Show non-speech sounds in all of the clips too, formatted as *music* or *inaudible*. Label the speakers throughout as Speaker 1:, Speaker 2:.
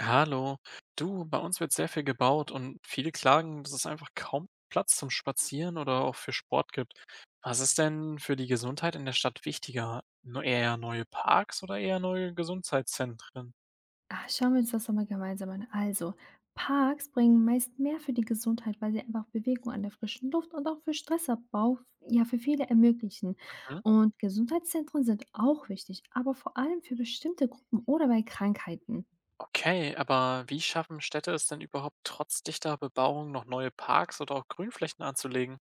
Speaker 1: Hallo. Du, bei uns wird sehr viel gebaut und viele klagen, dass es einfach kaum Platz zum Spazieren oder auch für Sport gibt. Was ist denn für die Gesundheit in der Stadt wichtiger? Nur eher neue Parks oder eher neue Gesundheitszentren?
Speaker 2: Ah, schauen wir uns das doch mal gemeinsam an. Also, Parks bringen meist mehr für die Gesundheit, weil sie einfach Bewegung an der frischen Luft und auch für Stressabbau ja für viele ermöglichen.
Speaker 1: Mhm.
Speaker 2: Und Gesundheitszentren sind auch wichtig, aber vor allem für bestimmte Gruppen oder bei Krankheiten.
Speaker 1: Okay, aber wie schaffen Städte es denn überhaupt trotz dichter Bebauung noch neue Parks oder auch Grünflächen anzulegen?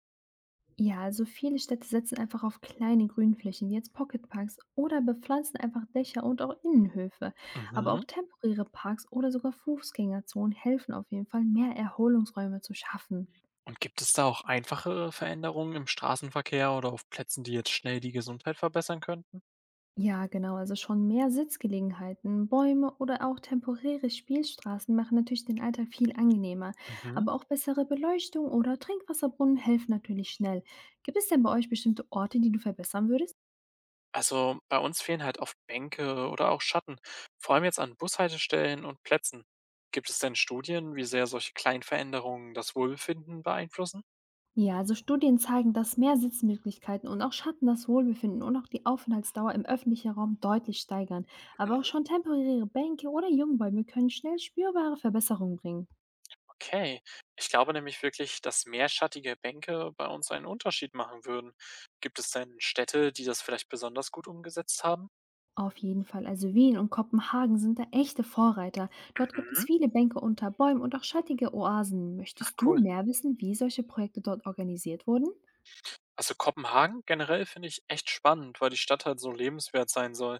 Speaker 2: Ja, also viele Städte setzen einfach auf kleine Grünflächen, wie jetzt Pocketparks, oder bepflanzen einfach Dächer und auch Innenhöfe. Aber
Speaker 1: Mhm.
Speaker 2: auch temporäre Parks oder sogar Fußgängerzonen helfen auf jeden Fall, mehr Erholungsräume zu schaffen.
Speaker 1: Und gibt es da auch einfachere Veränderungen im Straßenverkehr oder auf Plätzen, die jetzt schnell die Gesundheit verbessern könnten?
Speaker 2: Ja, genau. Also schon mehr Sitzgelegenheiten, Bäume oder auch temporäre Spielstraßen machen natürlich den Alltag viel angenehmer.
Speaker 1: Mhm.
Speaker 2: Aber auch bessere Beleuchtung oder Trinkwasserbrunnen helfen natürlich schnell. Gibt es denn bei euch bestimmte Orte, die du verbessern würdest?
Speaker 1: Also bei uns fehlen halt oft Bänke oder auch Schatten, vor allem jetzt an Bushaltestellen und Plätzen. Gibt es denn Studien, wie sehr solche kleinen Veränderungen das Wohlbefinden beeinflussen?
Speaker 2: Ja, also Studien zeigen, dass mehr Sitzmöglichkeiten und auch Schatten das Wohlbefinden und auch die Aufenthaltsdauer im öffentlichen Raum deutlich steigern. Aber auch
Speaker 1: Mhm.
Speaker 2: schon temporäre Bänke oder Jungbäume können schnell spürbare Verbesserungen bringen.
Speaker 1: Okay, ich glaube nämlich wirklich, dass mehr schattige Bänke bei uns einen Unterschied machen würden. Gibt es denn Städte, die das vielleicht besonders gut umgesetzt haben?
Speaker 2: Auf jeden Fall. Also Wien und Kopenhagen sind da echte Vorreiter. Dort gibt es
Speaker 1: Mhm.
Speaker 2: viele Bänke unter Bäumen und auch schattige Oasen.
Speaker 1: Ach
Speaker 2: Möchtest du
Speaker 1: cool.
Speaker 2: mehr wissen, wie solche Projekte dort organisiert wurden? *laughs*
Speaker 1: Also Kopenhagen generell finde ich echt spannend, weil die Stadt halt so lebenswert sein soll.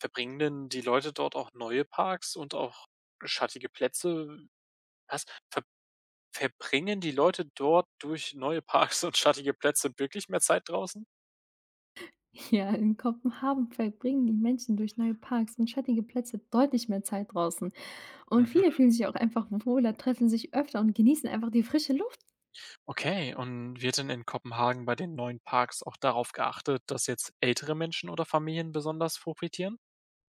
Speaker 1: Verbringen denn die Leute dort auch neue Parks und auch schattige Plätze? Was? Ver verbringen die Leute dort durch neue Parks *laughs* und schattige Plätze wirklich mehr Zeit draußen?
Speaker 2: Ja, in Kopenhagen verbringen die Menschen durch neue Parks und schattige Plätze deutlich mehr Zeit draußen. Und viele
Speaker 1: Mhm.
Speaker 2: fühlen sich auch einfach wohler, treffen sich öfter und genießen einfach die frische Luft.
Speaker 1: Okay, und wird denn in Kopenhagen bei den neuen Parks auch darauf geachtet, dass jetzt ältere Menschen oder Familien besonders profitieren?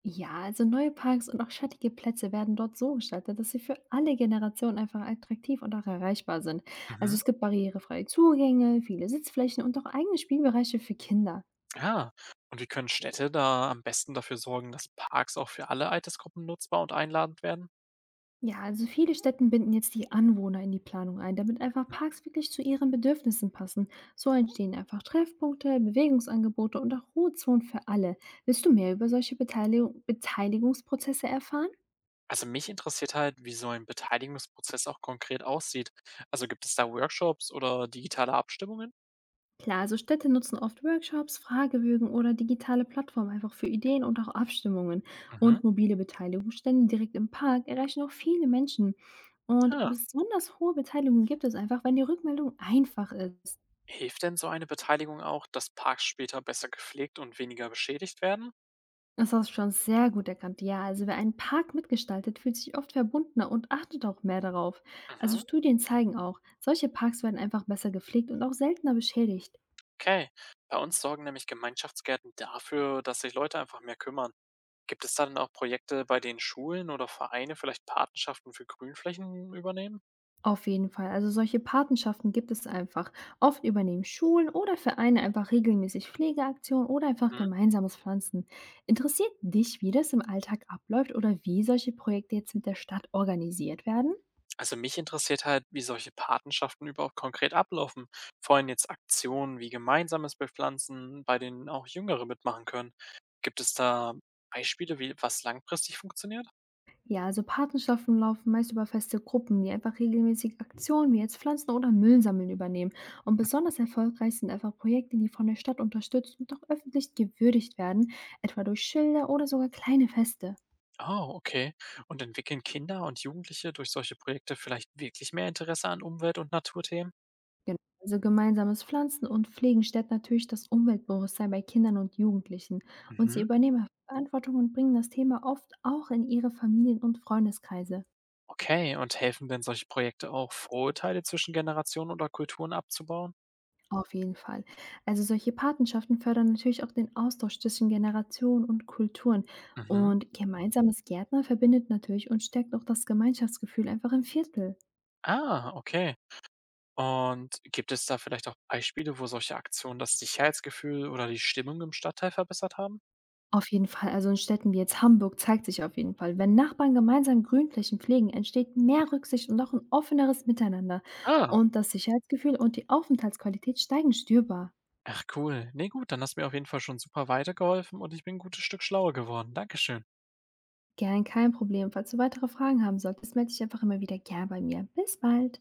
Speaker 2: Ja, also neue Parks und auch schattige Plätze werden dort so gestaltet, dass sie für alle Generationen einfach attraktiv und auch erreichbar sind. Also
Speaker 1: Mhm.
Speaker 2: es gibt barrierefreie Zugänge, viele Sitzflächen und auch eigene Spielbereiche für Kinder.
Speaker 1: Ja. Und wie können Städte da am besten dafür sorgen, dass Parks auch für alle Altersgruppen nutzbar und einladend werden?
Speaker 2: Ja, also viele Städten binden jetzt die Anwohner in die Planung ein, damit einfach
Speaker 1: Mhm.
Speaker 2: Parks wirklich zu ihren Bedürfnissen passen. So entstehen einfach Treffpunkte, Bewegungsangebote und auch Ruhezonen für alle. Willst du mehr über solche Beteiligungsprozesse erfahren?
Speaker 1: Also mich interessiert halt, wie so ein Beteiligungsprozess auch konkret aussieht. Also gibt es da Workshops oder digitale Abstimmungen?
Speaker 2: Klar, also Städte nutzen oft Workshops, Fragebögen oder digitale Plattformen einfach für Ideen und auch Abstimmungen.
Speaker 1: Mhm.
Speaker 2: Und mobile Beteiligungsstände direkt im Park erreichen auch viele Menschen. Und
Speaker 1: Ja.
Speaker 2: besonders hohe Beteiligung gibt es einfach, wenn die Rückmeldung einfach ist.
Speaker 1: Hilft denn so eine Beteiligung auch, dass Parks später besser gepflegt und weniger beschädigt werden?
Speaker 2: Das hast du schon sehr gut erkannt. Ja, also wer einen Park mitgestaltet, fühlt sich oft verbundener und achtet auch mehr darauf. Also
Speaker 1: Mhm,
Speaker 2: Studien zeigen auch, solche Parks werden einfach besser gepflegt und auch seltener beschädigt.
Speaker 1: okay. Bei uns sorgen nämlich Gemeinschaftsgärten dafür, dass sich Leute einfach mehr kümmern. Gibt es da denn auch Projekte, bei denen Schulen oder Vereine vielleicht Patenschaften für Grünflächen übernehmen?
Speaker 2: Auf jeden Fall. Also solche Patenschaften gibt es einfach. Oft übernehmen Schulen oder Vereine einfach regelmäßig Pflegeaktionen oder einfach
Speaker 1: Mhm.
Speaker 2: gemeinsames Pflanzen. Interessiert dich, wie das im Alltag abläuft oder wie solche Projekte jetzt mit der Stadt organisiert werden?
Speaker 1: Also mich interessiert halt, wie solche Patenschaften überhaupt konkret ablaufen. Vor allem jetzt Aktionen wie gemeinsames Bepflanzen, bei denen auch Jüngere mitmachen können. Gibt es da Beispiele, wie was langfristig funktioniert?
Speaker 2: Ja, also Patenschaften laufen meist über feste Gruppen, die einfach regelmäßig Aktionen wie jetzt Pflanzen oder Müll sammeln übernehmen. Und besonders erfolgreich sind einfach Projekte, die von der Stadt unterstützt und auch öffentlich gewürdigt werden, etwa durch Schilder oder sogar kleine Feste.
Speaker 1: Oh, okay. Und entwickeln Kinder und Jugendliche durch solche Projekte vielleicht wirklich mehr Interesse an Umwelt- und Naturthemen?
Speaker 2: Genau. Also gemeinsames Pflanzen und Pflegen stärkt natürlich das Umweltbewusstsein bei Kindern und Jugendlichen. Und sie
Speaker 1: Mhm.
Speaker 2: übernehmen Verantwortung und bringen das Thema oft auch in ihre Familien- und Freundeskreise.
Speaker 1: Okay, und helfen denn solche Projekte auch, Vorurteile zwischen Generationen oder Kulturen abzubauen?
Speaker 2: Auf jeden Fall. Also solche Patenschaften fördern natürlich auch den Austausch zwischen Generationen und Kulturen.
Speaker 1: Mhm.
Speaker 2: Und gemeinsames Gärtner verbindet natürlich und stärkt auch das Gemeinschaftsgefühl einfach im Viertel.
Speaker 1: Ah, okay. Und gibt es da vielleicht auch Beispiele, wo solche Aktionen das Sicherheitsgefühl oder die Stimmung im Stadtteil verbessert haben?
Speaker 2: Auf jeden Fall, also in Städten wie jetzt Hamburg zeigt sich auf jeden Fall, wenn Nachbarn gemeinsam Grünflächen pflegen, entsteht mehr Rücksicht und auch ein offeneres Miteinander.
Speaker 1: Ah,
Speaker 2: Und das Sicherheitsgefühl und die Aufenthaltsqualität steigen spürbar.
Speaker 1: ach cool. Nee, gut, dann hast du mir auf jeden Fall schon super weitergeholfen und ich bin ein gutes Stück schlauer geworden. Dankeschön.
Speaker 2: Gern, kein Problem. Falls du weitere Fragen haben solltest, melde dich einfach immer wieder gern bei mir. Bis bald.